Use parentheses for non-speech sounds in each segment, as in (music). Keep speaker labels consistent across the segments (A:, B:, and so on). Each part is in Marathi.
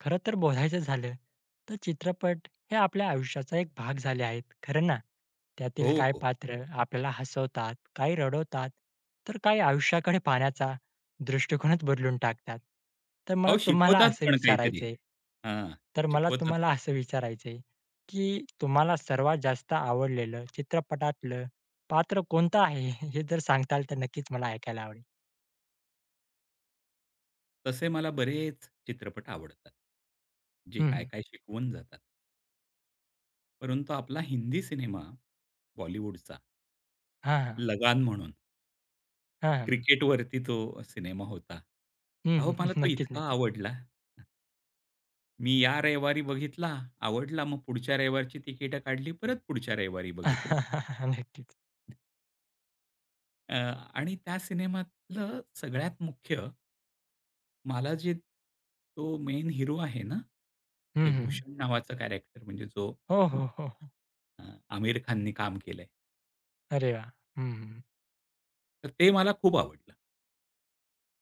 A: खरं तर बोलायचं झालं, तर चित्रपट हे आपल्या आयुष्याचा एक भाग झाले आहेत, खरं ना? त्यातील
B: हो,
A: काही
B: हो.
A: पात्र आपल्याला हसवतात, काही रडवतात, तर काही आयुष्याकडे पाहण्याचा दृष्टिकोनच बदलून टाकतात. तर मला
B: अहो,
A: तुम्हाला
B: शिकवतात
A: असं
B: पण काहीतरी.
A: विचारायचंय,
B: हां,
A: तर मला
B: शिकवतात
A: तुम्हाला
B: पण.
A: असं विचारायचंय, की तुम्हाला सर्वात जास्त आवडलेलं चित्रपटातलं पात्र कोणतं आहे? (laughs) हे जर सांगताल तर नक्कीच मला ऐकायला आवडेल.
B: तसे मला बरेच चित्रपट आवडतात. जे
A: हं, हं.
B: काय-काय शिकवून जातात. परंतु आपला हिंदी सिनेमा बॉलिवूडचा
A: हां, हां.
B: लगान म्हणून
A: हां, हां.
B: क्रिकेटवरती तो सिनेमा होता.
A: हं,
B: अहो, मला तो
A: नक्कीच,
B: इतका
A: नक्कीच.
B: आवडला. मी या रविवारी बघितला, आवडला. मग पुढच्या रविवारची तिकीटं काढली, परत पुढच्या रविवारी बघितला.
A: (laughs) नक्कीच.
B: अ, आणि त्या सिनेमातलं सगळ्यात मुख्य मला जे तो मेन हीरो आहे ना,
A: हं,
B: ते
A: हं.
B: भूषण नावाचा कॅरेक्टर म्हणजे जो
A: हो, हो, हो.
B: अ, आमिर खाननी काम केलंय.
A: अरे वाह! हं, हं.
B: तर ते मला खूप आवडलं.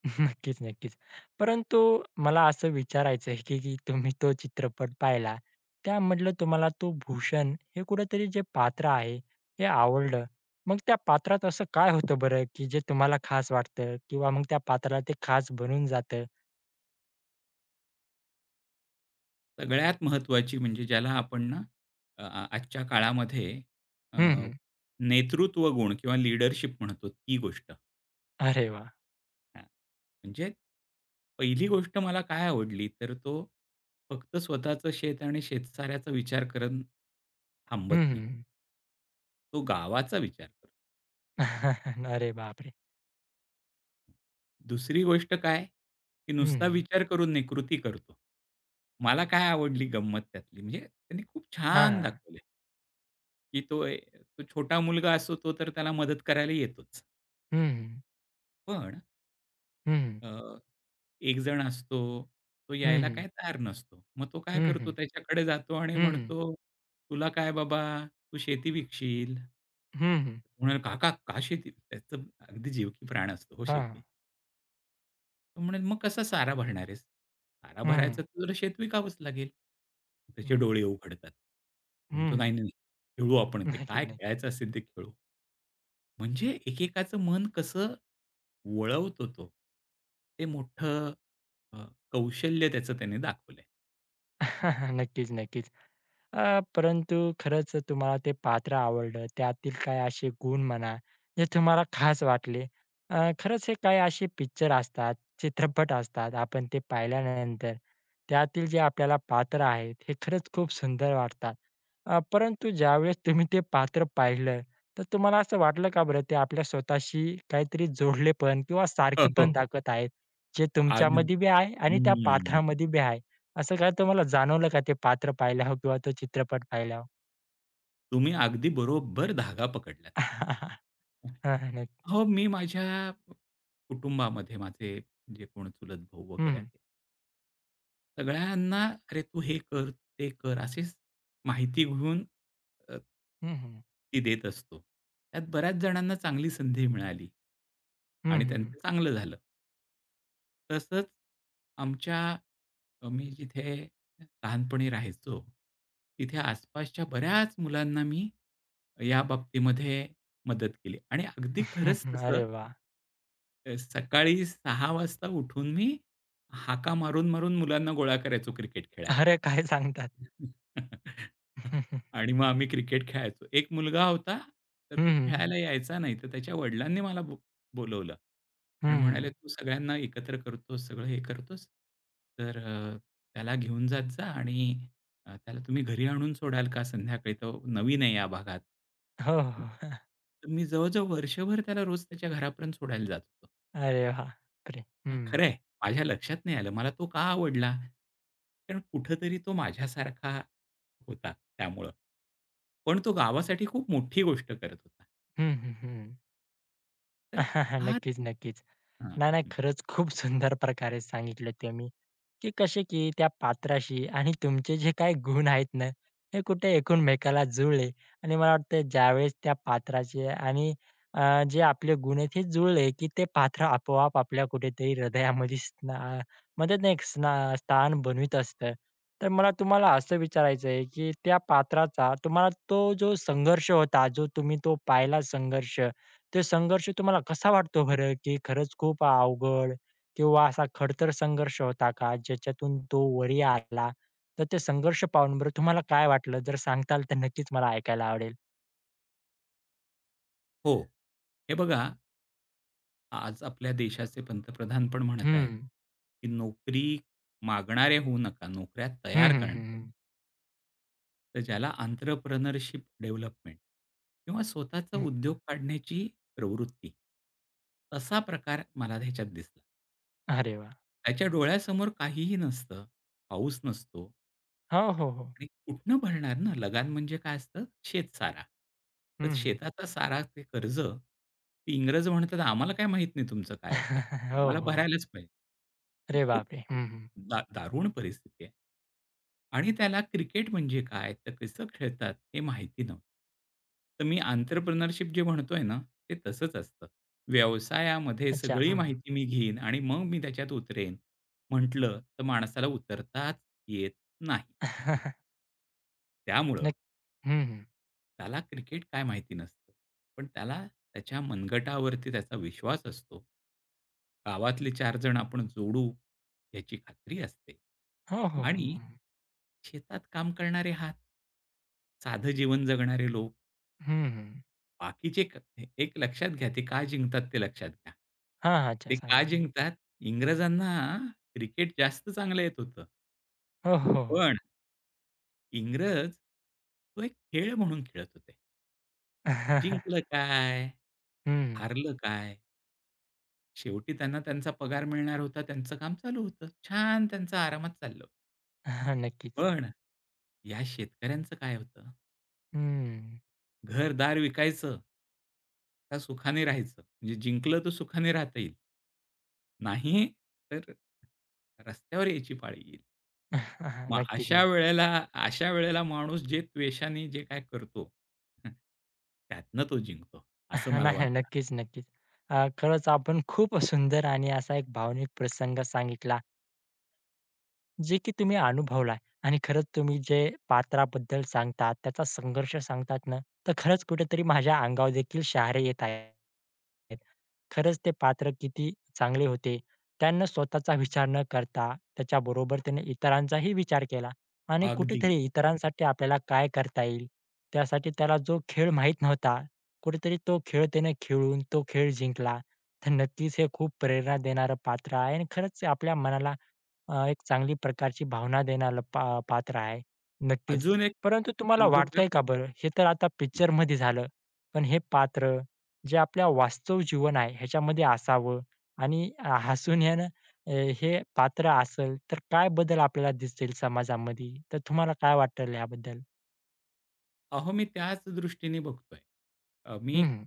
A: (laughs) नक्कीच, नक्कीच. परंतु मला असं विचारायचं आहे, की की तुम्ही तो चित्रपट पाहिला, त्यामधलं तुम्हाला तो भूषण हे कुठेतरी जे पात्र आहे, हे आवडलं. मग त्या पात्रात असं काय होतं बरं, की जे तुम्हाला खास वाटतं किंवा मग त्या पात्राला ते खास बनून जातं?
B: सगळ्यात महत्त्वाची म्हणजे ज्याला आपण ना अ, आ आजच्या काळामध्ये अ,
A: हं, हं.
B: नेतृत्व गुण किंवा लीडरशिप म्हणतो ती गोष्ट.
A: अरे वाह!
B: हां, म्हणजे पहिली गोष्ट मला काय आवडली तर तो फक्त स्वतःचं शेत आणि शेतसाऱ्याचा विचार करून थांबत
A: हं,
B: नाही.
A: हं.
B: तो गावाचा विचार करतो.
A: (laughs) अरे बापरे!
B: दुसरी गोष्ट काय, की
A: हं,
B: नुसता
A: हं.
B: विचार करून नाही, कृती करतो. मला काय आवडली गंमत त्यातली, म्हणजे त्यांनी खूप
A: हां,
B: छान
A: हां.
B: दाखवले, की तो छोटा मुलगा असतो, तो तर त्याला मदत करायला येतोच.
A: हं, हं.
B: पण
A: हं, हं.
B: अ, एक जण असतो, तो
A: हं,
B: यायला
A: हं.
B: काय तयार नसतो. मग तो काय
A: हं,
B: करतो,
A: हं.
B: त्याच्याकडे जातो आणि
A: हं, हं.
B: म्हणतो, "तुला काय बाबा, तू शेती विकशील."
A: हं, हं.
B: तो "काका, का शेती?" त्याचं अगदी जीव की प्राण असतो हो
A: हां.
B: शेती. तो म्हणेल, "मग कसा सारा भरणार आहेस? सारा
A: हं,
B: भरायचा तर जरा शेत विकावंच लागेल." त्याचे
A: हं.
B: डोळे उघडतात. म्हणतो,
A: हं,
B: "नाही,
A: हं.
B: नाही, खेळू आपण. ते
A: नक्कीच,
B: काय
A: नक्कीच.
B: खेळायचं असेल ते खेळू." म्हणजे एकेकाचं मन कसं वळवतो तो, ते मोठं अ, कौशल्य त्याचं त्याने दाखवलंय.
A: (laughs) नक्कीच, नक्कीच. परंतु खरंच तुम्हाला ते पात्र आवडलं. त्यातील काही असे गुण म्हणा, जे तुम्हाला खास वाटले. खरंच हे काही असे पिक्चर असतात, चित्रपट असतात, आपण ते पाहिल्यानंतर त्यातील जे आपल्याला पात्र आहेत, हे खरंच खूप सुंदर वाटतात. परंतु ज्यावेळेस तुम्ही ते पात्र पाहिलं, तर तुम्हाला असं वाटलं का बरं ते आपल्या स्वतःशी काहीतरी जोडलेपण किंवा
B: हो, हो,
A: सारखेपण
B: हो.
A: दाखवत आहेत, जे
B: अग
A: तुमच्यामध्ये बी आहे आणि त्या
B: हं.
A: पात्रामध्ये बी आहे? असं काय तुम्हाला जाणवलं का ते पात्र पाहिल्यावर किंवा तो चित्रपट पाहिल्यावर?
B: तुम्ही अगदी बरोबर धागा पकडलात.
A: (laughs) हां, नक्की.
B: हो, मी माझ्या कुटुंबामध्ये माझे जे कोण चुलत भाऊ वगैरे
A: हं,
B: आहेत सगळ्यांना "अरे, तू हे कर, ते कर" अशीच माहिती घेऊन अ,
A: हं, हं.
B: ती देत असतो. त्यात बऱ्याच जणांना चांगली संधी मिळाली आणि
A: हं,
B: त्यांचं चांगलं झालं. तसंच आमच्या मी जिथे लहानपणी राहायचो, तिथे आसपासच्या बऱ्याच मुलांना मी या बाबतीमध्ये मदत केली आणि अगदी खरंच
A: (laughs)
B: तसं,
A: अरे वा,
B: सकाळी 6:00 वाजता उठून मी हाका मारून-मारून मुलांना गोळा करायचो क्रिकेट खेळायला.
A: अरे काय सांगतात?
B: (laughs)
A: (laughs) हं,
B: आणि मग आम्ही क्रिकेट खेळायचो. एक मुलगा होता, तर
A: हं,
B: तो
A: हं.
B: खेळायला यायचा नाही. तर त्याच्या वडिलांनी मला बोलावलं आणि म्हणाले, "तू सगळ्यांना एकत्र करतोस, सगळं हे करतोस, तर त्याला घेऊन जात जा आणि त्याला तुम्ही घरी आणून सोडाल का संध्याकाळी? तो नवीन आहे या भागात."
A: हो, हो. हो.
B: तर मी जवळ वर्षभर त्याला रोज त्याच्या घरापर्यंत सोडायला जात होतो.
A: अरे वा, बापरे! हं.
B: खरं माझ्या लक्षात नाही आलं. मला तो का आवडला? कारण कुठेतरी तो माझ्यासारखा होता त्यामुळं. पण तो गावासाठी खूप मोठी गोष्ट करत होता.
A: हं, हं, हं.
B: तर
A: (laughs)
B: हां,
A: नक्कीच, नक्कीच.
B: हां.
A: नाही, नाही. खरंच खूप सुंदर प्रकारे सांगितलं तुम्ही. की कसे की त्या पात्राशी आणि तुमचे जे काही गुण आहेत ना, हे कुठे एकमेकाला जुळले आणि मला वाटतं ज्यावेळेस त्या पात्राचे आणि अ, जे आपले गुण आहेत हे जुळले, की ते पात्र आपोआप आपल्या कुठेतरी हृदयामध्ये स्ना म्हणतात ना एक स्ना स्थान बनवीत असतं. तर मला तुम्हाला असं विचारायचं आहे, की त्या पात्राचा तुम्हाला तो जो संघर्ष होता, जो तुम्ही तो पाहिला संघर्ष, तो संघर्ष तुम्हाला कसा वाटतो बरं, की खरंच खूप अवघड किंवा असा खडतर संघर्ष होता का ज्याच्यातून तो वरी आला? तर ते संघर्ष पाहून बरं तुम्हाला काय वाटलं? जर सांगताल तर नक्कीच मला ऐकायला आवडेल.
B: हो. हे बघा, आज आपल्या देशाचे पंतप्रधान पण म्हणत आहेत,
A: हं.
B: की नोकरी मागणारे होऊ नका, नोकऱ्या
A: हं,
B: तयार
A: हं,
B: करणं.
A: हं, हं.
B: तर ज्याला एंटरप्रेन्योरशिप डेव्हलपमेंट किंवा स्वतःचा
A: हं.
B: उद्योग काढण्याची प्रवृत्ती, तसा प्रकार मला ह्याच्यात दिसला.
A: अरे वाह!
B: त्याच्या डोळ्यासमोर काहीही नसतं. पाऊस नसतो
A: हो, हो, हो.
B: आणि कुठनं भरणार ना? लगान म्हणजे काय असतं? शेतसारा. तर
A: हं, हं.
B: शेताचा सारा ते कर्ज ते इंग्रज म्हणतात, "आम्हाला काय माहीत नाही तुमचं काय आहे ते.
A: (laughs) हो,
B: आम्हाला
A: हो.
B: भरायलाच पाहिजे." तर
A: अरे
B: खूप
A: बापरे! हं, हं.
B: दारुण परिस्थिती आहे. आणि त्याला क्रिकेट म्हणजे काय? तर कसं खेळतात? हे माहिती नव्हतं. तर मी एंटरप्रेन्योरशिप जे म्हणतोय ना, ते तसंच असतं. व्यवसायामध्ये
A: अच्छा.
B: सगळी
A: हं, हं.
B: माहिती मी घेईन आणि मग मी त्याच्यात उतरेन म्हटलं, तर माणसाला उतरताच येत नाही. (laughs)
A: (laughs)
B: त्यामुळं
A: नक्क हं, हं.
B: त्याला क्रिकेट काय माहिती नसतं. पण त्याला त्याच्या मनगटावरती त्याचा विश्वास असतो. गावातले 4 जण आपण जोडू याची खात्री असते
A: हो, हो, हो.
B: आणि शेतात काम करणारे हात साधं जीवन जगणारे लोक
A: हं, हं, हं.
B: बाकीचे क एक लक्षात घ्या, ते का जिंकतात ते लक्षात घ्या.
A: हां, हां. अच्छा
B: ते का
A: सांगा. हं.
B: जिंकतात? इंग्रजांना क्रिकेट जास्त चांगलं येत होतं.
A: हो, हो, हो.
B: पण इंग्रज तो एक खेळ म्हणून खेळत होते. जिंकलं
A: (laughs)
B: काय?
A: हं.
B: हारलं काय? शेवटी त्यांना त्यांचा पगार मिळणार होता. त्यांचं काम चालू होतं. छान त्यांचं आरामात चाललं.
A: (laughs) नक्कीच.
B: पण या शेतकऱ्यांचं काय होतं?
A: हं.
B: घर विकायचं का सुखाने राहायचं? म्हणजे जिंकलं तर सुखाने राहता येईल. नाही, तर रस्त्यावर यायची पाळी येईल.
A: (laughs)
B: मग
A: नक्कीच,
B: अशा
A: नक्कीच.
B: वेळेला अशा वेळेला माणूस जे त्वेषाने जे काय करतो, (laughs) त्यातनं तो जिंकतो,
A: (laughs)
B: असं
A: नाही,
B: मला
A: नाही.
B: वाटतं.
A: नक्कीच, नक्कीच. खरंच आपण खूप सुंदर आणि असा एक भावनिक प्रसंग सांगितला, जे की तुम्ही अनुभवलाय आणि खरंच तुम्ही जे पात्राबद्दल सांगतात, त्याचा संघर्ष सांगतात ना, तर खरंच कुठेतरी माझ्या अंगावर देखील शहारे येत आहेत. खरंच ते पात्र किती चांगले होते. त्यांना स्वतःचा विचार न करता त्याच्याबरोबर त्याने इतरांचाही विचार केला आणि
B: अगदी.
A: कुठेतरी इतरांसाठी आपल्याला काय करता येईल, त्यासाठी त्याला जो खेळ माहित नव्हता, कुठेतरी तो खेळ त्याने खेळून तो खेळ जिंकला. तर नक्कीच हे खूप प्रेरणा देणारं पात्र आहे आणि खरंच आपल्या मनाला एक चांगली प्रकारची भावना देणारं पात्र आहे. नक्कीच.
B: अजून एक
A: परंतु तुम्हाला
B: सांगू का?
A: वाटतंय का बरं, हे तर आता पिक्चरमध्ये झालं, पण हे पात्र जे आपल्या वास्तव जीवन आहे ह्याच्यामध्ये असावं आणि हसून अ, हे पात्र असेल तर काय बदल आपल्याला दिसतील समाजामध्ये? तर तुम्हाला काय वाटेल ह्याबद्दल?
B: अहो, मी त्याच दृष्टीने बघतोय.
A: हं,
B: मी
A: हं.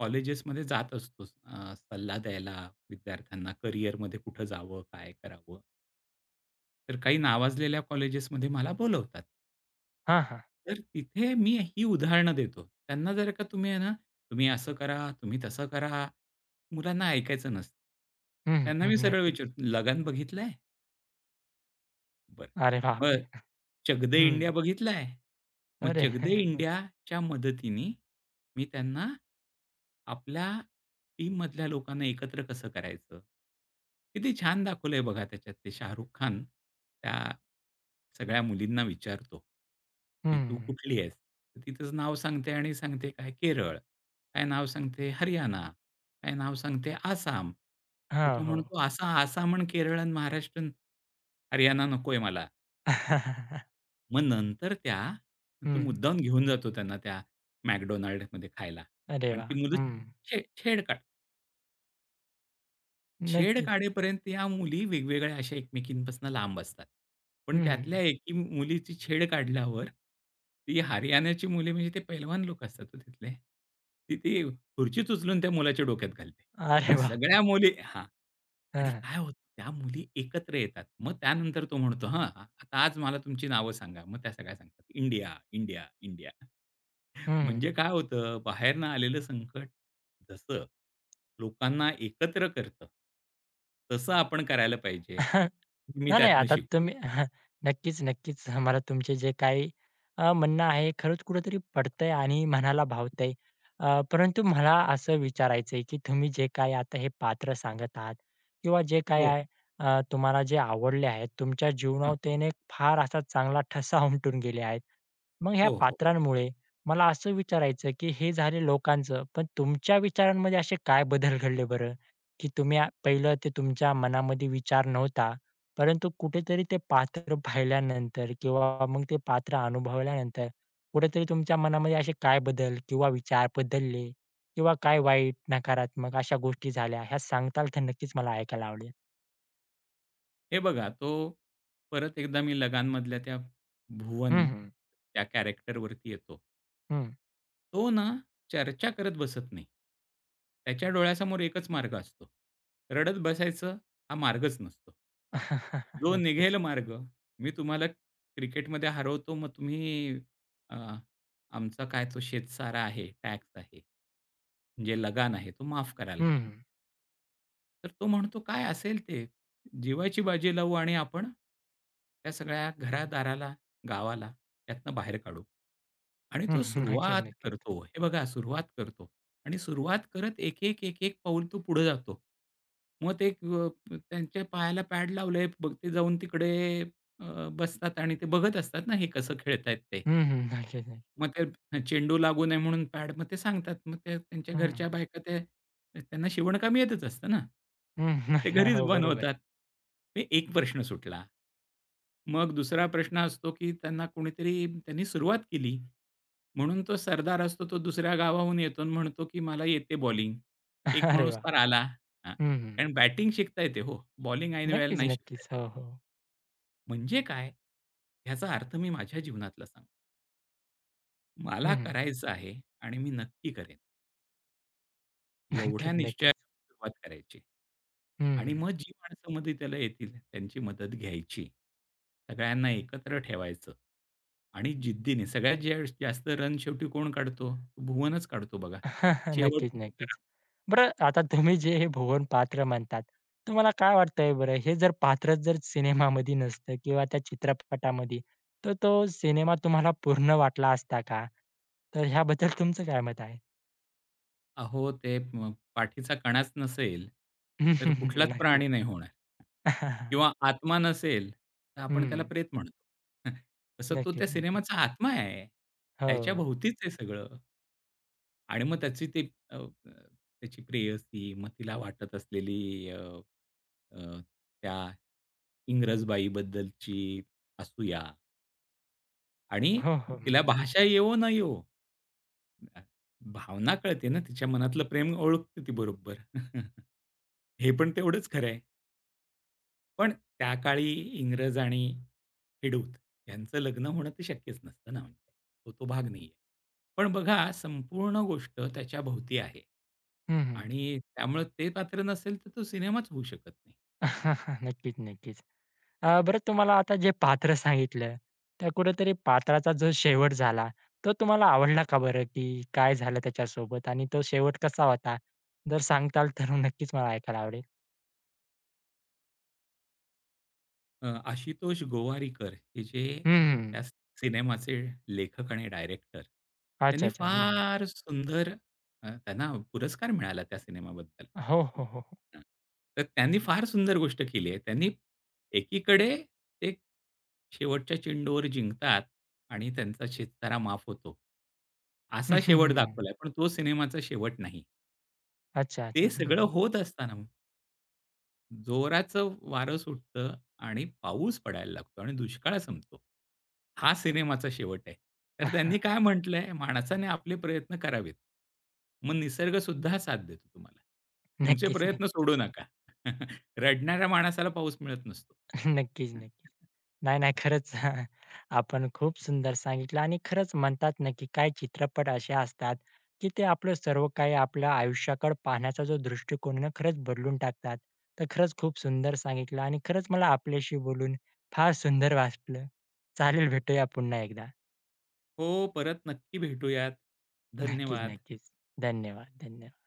B: कॉलेजेसमध्ये जात असतो, सल्ला द्यायला विद्यार्थ्यांना करिअरमध्ये कुठं जावं, काय करावं? तर काही नावाजलेल्या कॉलेजेसमध्ये मला बोलवतात.
A: हां, हां.
B: तर तिथे मी ही उदाहरणं देतो. त्यांना जर का तुम्ही आहे ना, तुम्ही असं करा, तुम्ही तसं करा. मुलांना ऐकायचं नसतं.
A: हं,
B: त्यांना मी सरळ
A: नक्कीच.
B: विचारतो, "लगान बघितलाय?" बरं.
A: अरे बापरे!
B: मग चक दे
A: हं.
B: इंडिया बघितलाय? मग
A: अरे!
B: चक दे
A: (laughs)
B: इंडियाच्या मदतीने मी त्यांना आपल्या टीममधल्या लोकांना एकत्र कसं करायचं? किती छान दाखवलंय बघा त्याच्यात ते शाहरुख खान त्या सगळ्या मुलींना विचारतो, की "तू
A: हं.
B: कुठली आहेस?" तर ती तिचं नाव सांगते आणि सांगते काय केरळ. काय नाव सांगते हरियाणा. काय नाव सांगते? आसाम. तर
A: हां,
B: तो
A: हो.
B: म्हणतो, "असा आसाम आणि केरळ आणि महाराष्ट्र आणि हरियाणा नकोय मला."
A: (laughs)
B: मग नंतर तो
A: हं.
B: मुद्दामून घेऊन जातो त्यांना त्या McDonald'sमध्ये खायला
A: अरे
B: आणि
A: वाह!
B: ती मुलं
A: हं.
B: छे छेड काढ छेड
A: नक्कीच.
B: काढेपर्यंत या मुली वेगवेगळ्या अशा एकमेकींपासून लांब असतात. पण
A: हं, हं,
B: त्यातल्या
A: हं.
B: एकी मुलीची छेड काढल्यावर ती हरियाणाची मुली म्हणजे ते पैलवान लोक असतात हो तिथले. ती ती खुर्चीच उचलून त्या मुलाच्या डोक्यात घालते
A: अरे
B: आणि
A: बापरे!
B: सगळ्या मुली
A: हां,
B: आणि
A: हां.
B: काय होतं त्या मुली एकत्र येतात. मग त्यानंतर तो म्हणतो, "हां, आता आज मला तुमची नावं सांगा." मग त्या सगळ्या सांगतात, "इंडिया, इंडिया, इंडिया."
A: हं.
B: म्हणजे काय होतं बाहेरनं आलेलं संकट जसं लोकांना एकत्र करतं, तसं आपण करायला पाहिजे.
A: (laughs)
B: मी
A: नाही, नाही.
B: त्यातनं
A: आता
B: शिकलो.
A: तुम्ही (laughs) नक्कीच, नक्कीच. मला तुमचे जे काही म्हणणं आहे खरंच कुठेतरी पटतंय आणि मनाला भावतंय. परंतु मला असं विचारायचंय, की तुम्ही जे काही आता हे पात्र सांगत आहात किंवा जे काही
B: हो,
A: आहे तुम्हाला जे आवडले आहेत, तुमच्या
B: हां.
A: जीवनावर त्याने फार असा चांगला ठसा उमटून गेले आहेत. मग ह्या
B: हो, हो.
A: पात्रांमुळे मला असं विचारायचं, की हे झाले लोकांचं, पण तुमच्या विचारांमध्ये असे काय बदल घडले बरं? की तुम्ही पहिलं ते तुमच्या मनामध्ये विचार नव्हता, परंतु कुठेतरी ते पात्र पाहिल्यानंतर किंवा मग ते पात्र अनुभवल्यानंतर कुठेतरी तुमच्या मनामध्ये असे काय बदल किंवा विचार बदलले किंवा काय वाईट, नकारात्मक अशा गोष्टी झाल्या, ह्या सांगताल तर नक्कीच मला ऐकायला आवडेल.
B: हे बघा तो परत एकदा मी लगानमधल्या त्या भुवन
A: हं, हं.
B: त्या कॅरेक्टरवरती येतो. तो ना चर्चा करत बसत नाही. त्याच्या डोळ्यासमोर एकच मार्ग असतो. रडत बसायचं हा मार्गच नसतो.
A: (laughs)
B: जो निघेल
A: नक्कीच.
B: मार्ग, मी तुम्हाला क्रिकेटमध्ये हरवतो, मग तुम्ही अ, आमचा काय तो शेतसारा आहे, टॅक्स आहे, जे लगान आहे, तो माफ कराल
A: हं,
B: का?
A: हं.
B: तर तो म्हणतो, "काय असेल ते, जीवाची बाजी लावू आणि आपण त्या सगळ्या घरादाराला, गावाला त्यातनं बाहेर काढू." आणि तो
A: (laughs) नक्कीच,
B: सुरुवात
A: नक्कीच.
B: करतो. हे बघा सुरुवात करतो आणि सुरुवात करत एक, एक, एक, एक पाऊल तो पुढे जातो. मग ते एक, त्यांच्या पायाला पॅड लावलंय, मग ते जाऊन तिकडे बसतात आणि ते बघत असतात ना, हे कसं खेळतायत ते.
A: हं, हं. नक्कीच, नक्कीच.
B: मग ते चेंडू लागू नये म्हणून पॅड, मग ते सांगतात. मग ते त्यांच्या
A: हं.
B: घरच्या बायका ते त्यांना शिवणकाम येतच असतं ना.
A: हं.
B: ते
A: (laughs)
B: घरीच
A: हो, बरोबर आहे.
B: बनवतात. ते एक प्रश्न सुटला. मग दुसरा प्रश्न असतो, की त्यांना कोणीतरी त्यांनी सुरुवात केली म्हणून तो सरदार असतो, तो दुसऱ्या गावाहून येतो आणि म्हणतो, की "मला येते बॉलिंग." एक
A: (laughs) अरे
B: माणूस
A: वाह!
B: तर आला हां,
A: हं, हं.
B: कारण बॅटिंग शिकता येते हो, बॉलिंग ऐन वेळेला
A: नक्कीच,
B: नाही शिकता येत.
A: नक्कीच. हो, हो.
B: म्हणजे काय? ह्याचा अर्थ मी माझ्या जीवनातला सांगतो. मला
A: हं, हं.
B: करायचं आहे आणि मी नक्की करेन.
A: (laughs)
B: एवढ्या
A: नक्कीच, नक्कीच.
B: निश्चयाने सुरुवात करायची. आणि
A: हं.
B: मग जी माणसं मध्ये त्याला येतील त्यांची मदत घ्यायची. सगळ्यांना एकत्र ठेवायचं आणि जिद्दीने सगळ्यात ज्या जास्त रन शेवटी कोण काढतो? भुवनच काढतो बघा.
A: (laughs)
B: शेवट
A: नक्कीच,
B: जर
A: नक्कीच. बरं आता तुम्ही जे हे भुवन पात्र म्हणतात, तुम्हाला काय वाटतंय बरं हे जर पात्रच जर सिनेमामध्ये नसतं किंवा त्या चित्रपटामध्ये, तर तो सिनेमा तुम्हाला पूर्ण वाटला असता का? तर ह्याबद्दल तुमचं काय मत आहे?
B: अहो, ते पाठीचा कणाच नसेल, तर कुठलाच
A: (laughs) नक्कीच.
B: प्राणी नाही होणार
A: (laughs)
B: किंवा आत्मा नसेल, तर आपण त्याला
A: हं.
B: प्रेत म्हणतो. (laughs) तसं तो त्या
A: नक्कीच, नक्कीच.
B: सिनेमाचा आत्मा आहे.
A: हो.
B: त्याच्याभोवतीच आहे सगळं. आणि मग त्याची ते अ, अ, त्याची प्रेयसी, मग तिला वाटत असलेली अ, अ, त्या इंग्रजबाईबद्दलची असूया आणि
A: हो, हो.
B: तिला भाषा येवो ना येवो, अ, भावना कळते ना तिच्या मनातलं प्रेम ओळखते ती बरोबर. (laughs) हे पण तेवढंच खरं आहे. पण त्या काळी इंग्रज आणि खेडूत यांचं लग्न होणं तर शक्यच नसतं ना म्हणजे. तो तो भाग नाहीये. पण बघा संपूर्ण गोष्ट त्याच्याभोवती आहे
A: हं, हं.
B: आणि त्यामुळे ते पात्र नसेल तर तो सिनेमाच होऊ शकत नाही.
A: (laughs) नक्कीच, नक्कीच. बरं तुम्हाला आता जे पात्र सांगितलं, त्या कुठेतरी पात्राचा जो शेवट झाला, तो तुम्हाला आवडला का बरं? की काय झालं त्याच्यासोबत आणि तो शेवट कसा होता? जर सांगताल तर नक्कीच मला ऐकायला आवडेल.
B: आशुतोष गोवारीकर हे जे
A: हं,
B: त्या सिनेमाचे लेखक आणि डायरेक्टर,
A: अच्छा,
B: त्यांनी
A: अच्छा. हं,
B: फार सुंदर, त्यांना पुरस्कार मिळाला त्या सिनेमाबद्दल.
A: हो, हो, हो, हो.
B: हं. तर त्यांनी फार सुंदर गोष्ट केली आहे. त्यांनी एकीकडे ते शेवटच्या चेंडूवर जिंकतात आणि त्यांचा शेतकरा माफ होतो.
A: हं,
B: असा
A: हं,
B: शेवट
A: हं.
B: दाखवलाय, पण तो सिनेमाचा शेवट नाही.
A: अच्छा,
B: ते
A: अच्छा. हं,
B: सगळं
A: हं.
B: होत असताना जोराचं वारं सुटतं आणि पाऊस पडायला लागतो आणि दुष्काळ संपतो. हा सिनेमाचा शेवट आहे. तर त्यांनी काय
A: (laughs)
B: म्हटलंय, माणसाने आपले प्रयत्न करावेत. मग निसर्गसुद्धा साथ देतो तुम्हाला. तुमचे
A: नक्कीच,
B: प्रयत्न
A: नक्कीच.
B: सोडू नका. (laughs) रडणाऱ्या माणसाला पाऊस मिळत नसतो.
A: (laughs) नक्कीच, नक्कीच.
B: (laughs)
A: नाही, नाही. खरंच (laughs) आपण खूप सुंदर सांगितलं आणि खरंच म्हणतात ना, की काही चित्रपट असे असतात, की ते आपलं सर्व काही आपल्या आयुष्याकडे पाहण्याचा जो दृष्टिकोन आहे ना, खरंच बदलून टाकतात. तर खरंच खूप सुंदर सांगितलं आणि खरंच मला आपल्याशी बोलून फार सुंदर वाटलं. चालेल, भेटूया पुन्हा एकदा.
B: हो, परत नक्की भेटूयात.
A: नक्कीच,
B: धन्यवाद.
A: नक्कीच. धन्यवाद, धन्यवाद.